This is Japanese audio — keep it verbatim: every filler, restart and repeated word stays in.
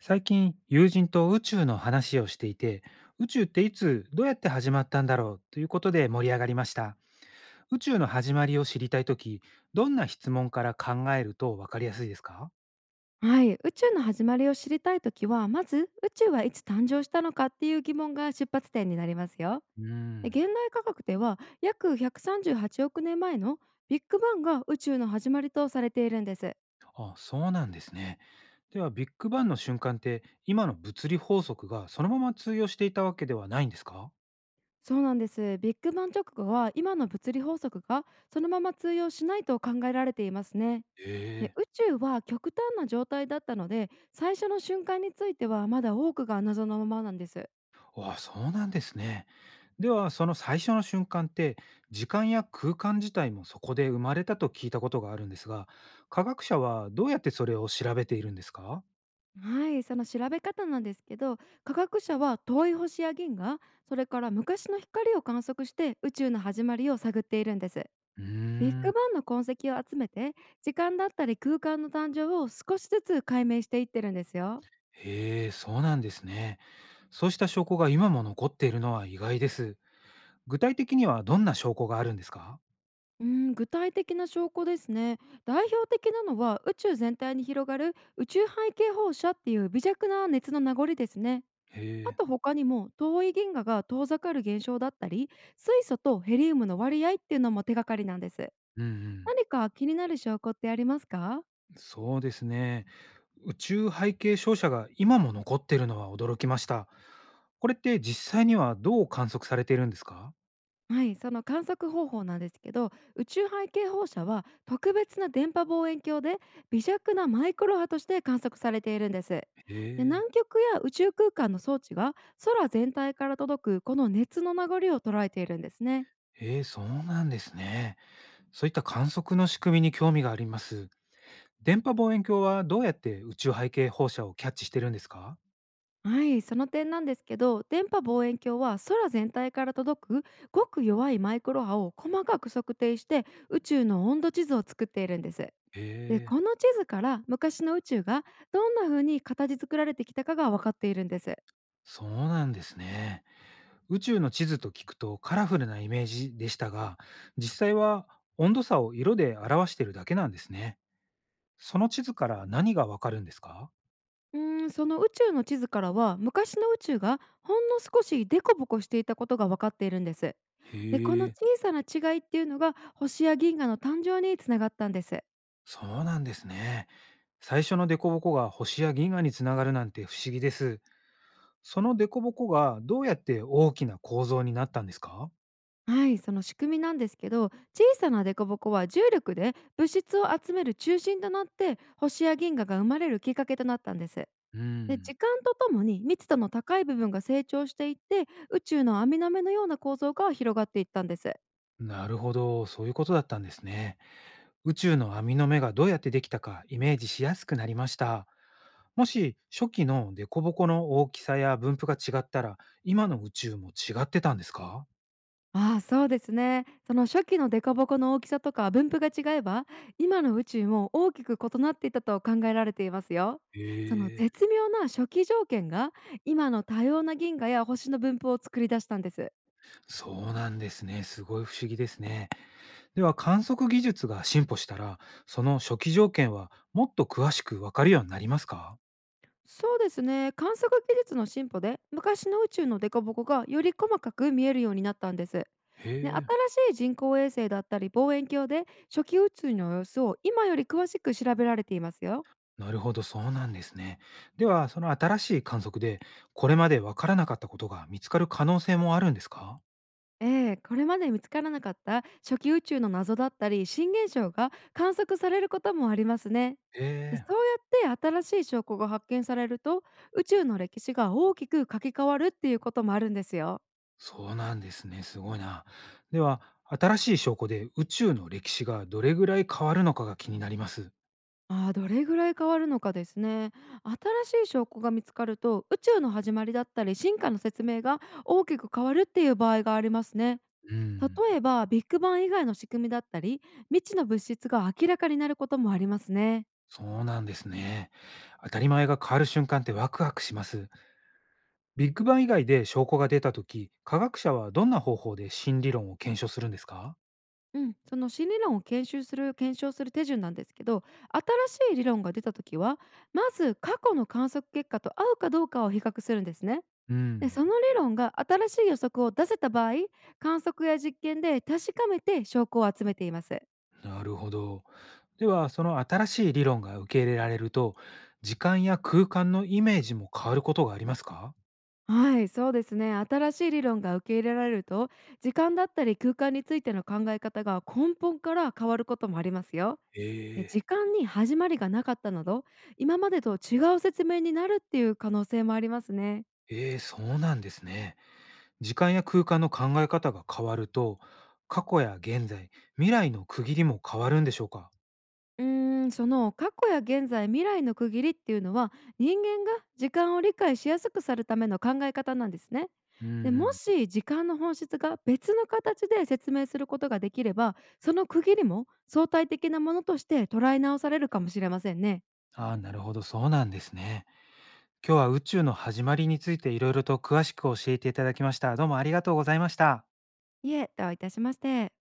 最近、友人と宇宙の話をしていて、宇宙っていつ、どうやって始まったんだろうということで盛り上がりました。宇宙の始まりを知りたいとき、どんな質問から考えるとわかりやすいですか？はい、宇宙の始まりを知りたいときは、まず宇宙はいつ誕生したのかっていう疑問が出発点になりますよ。うーで、ん。現代科学では約ひゃくさんじゅうはちおく年前のビッグバンが宇宙の始まりとされているんです。あ、そうなんですね。では、ビッグバンの瞬間って、今の物理法則がそのまま通用していたわけではないんですか？そうなんです。ビッグバン直後は今の物理法則がそのまま通用しないと考えられていますね。へで、え。宇宙は極端な状態だったので、最初の瞬間についてはまだ多くが謎のままなんです。わあ、そうなんですね。では、その最初の瞬間って、時間や空間自体もそこで生まれたと聞いたことがあるんですが、科学者はどうやってそれを調べているんですか？はい、その調べ方なんですけど、科学者は遠い星や銀河、それから昔の光を観測して宇宙の始まりを探っているんです。うービッグん。バンの痕跡を集めて、時間だったり空間の誕生を少しずつ解明していってるんですよ。へえ、そうなんですね。そうした証拠が今も残っているのは意外です。具体的にはどんな証拠があるんですか？うん、具体的な証拠ですね。代表的なのは、宇宙全体に広がる宇宙背景放射っていう微弱な熱の名残ですね。へあえ。と他にも、遠い銀河が遠ざかる現象だったり、水素とヘリウムの割合っていうのも手がかりなんです。うんうん。何か気になる証拠ってありますか？そうですね。宇宙背景照射が今も残っているのは驚きました。これって実際にはどう観測されているんですか？はい、その観測方法なんですけど、宇宙背景放射は特別な電波望遠鏡で微弱なマイクロ波として観測されているんです。で、ええ。南極や宇宙空間の装置が空全体から届くこの熱の流れを捉えているんですね。ええ、そうなんですね。そういった観測の仕組みに興味があります。電波望遠鏡はどうやって宇宙背景放射をキャッチしてるんですか？はい、その点なんですけど、電波望遠鏡は空全体から届くごく弱いマイクロ波を細かく測定して宇宙の温度地図を作っているんです。えで、え、この地図から昔の宇宙がどんな風に形作られてきたかが分かっているんです。そうなんですね。宇宙の地図と聞くとカラフルなイメージでしたが、実際は温度差を色で表してるだけなんですね。その地図から何がわかるんですか？うーん、その宇宙の地図からは、昔の宇宙がほんの少しデコボコしていたことが分かっているんです。へで、この小え、さな違いっていうのが星や銀河の誕生につながったんです。そうなんですね。最初の凸凹が星や銀河につながるなんて不思議です。その凸凹がどうやって大きな構造になったんですか？はい、その仕組みなんですけど、小さな凸凹は重力で物質を集める中心となって、星や銀河が生まれるきっかけとなったんです。うで、ん。時間とともに密度の高い部分が成長していって、宇宙の網の目のような構造が広がっていったんです。なるほど、そういうことだったんですね。宇宙の網の目がどうやってできたかイメージしやすくなりました。もし初期の凸凹の大きさや分布が違ったら、今の宇宙も違ってたんですか？ああ、そうですね。その初期の凸凹の大きさとか分布が違えば、今の宇宙も大きく異なっていたと考えられていますよ。そのええ、絶妙な初期条件が今の多様な銀河や星の分布を作り出したんです。そうなんですね。すごい不思議ですね。では観測技術が進歩したら、その初期条件はもっと詳しくわかるようになりますか？そうですね、観測技術の進歩で昔の宇宙の凸凹がより細かく見えるようになったんです。へで、新え。しい人工衛星だったり望遠鏡で初期宇宙の様子を今より詳しく調べられていますよ。なるほど、そうなんですね。では、その新しい観測で、これまでわからなかったことが見つかる可能性もあるんですか？ええ、これまで見つからなかった初期宇宙の謎だったり新現象が観測されることもありますね。えで、そえ、うやって新しい証拠が発見されると、宇宙の歴史が大きく書き換わるっていうこともあるんですよ。そうなんですね。すごいな。では、新しい証拠で宇宙の歴史がどれぐらい変わるのかが気になります。ああ、どれぐらい変わるのかですね。新しい証拠が見つかると、宇宙の始まりだったり進化の説明が大きく変わるっていう場合がありますね。うん、例えば、ビッグバン以外の仕組みだったり、未知の物質が明らかになることもありますね。そうなんですね。当たり前が変わる瞬間ってワクワクします。ビッグバン以外で証拠が出たとき、科学者はどんな方法で新理論を検証するんですか？うん、その新理論を研修する検証する手順なんですけど、新しい理論が出た時は、まず過去の観測結果と合うかどうかを比較するんですね。うで、ん。その理論が新しい予測を出せた場合、観測や実験で確かめて証拠を集めています。なるほど。では、その新しい理論が受け入れられると、時間や空間のイメージも変わることがありますか？はい、そうですね。新しい理論が受け入れられると、時間だったり空間についての考え方が根本から変わることもありますよ。で、え時え。間に始まりがなかったなど、今までと違う説明になるっていう可能性もありますね。ええ、そうなんですね。時間や空間の考え方が変わると、過去や現在、未来の区切りも変わるんでしょうか？うーん、その過去や現在、未来の区切りっていうのは、人間が時間を理解しやすくするための考え方なんですね。うんで、うもん。し時間の本質が別の形で説明することができれば、その区切りも相対的なものとして捉え直されるかもしれませんね。ああ、なるほど、そうなんですね。今日は宇宙の始まりについていろいろと詳しく教えていただきました。どうもありがとうございました。いえ、どういたしまして。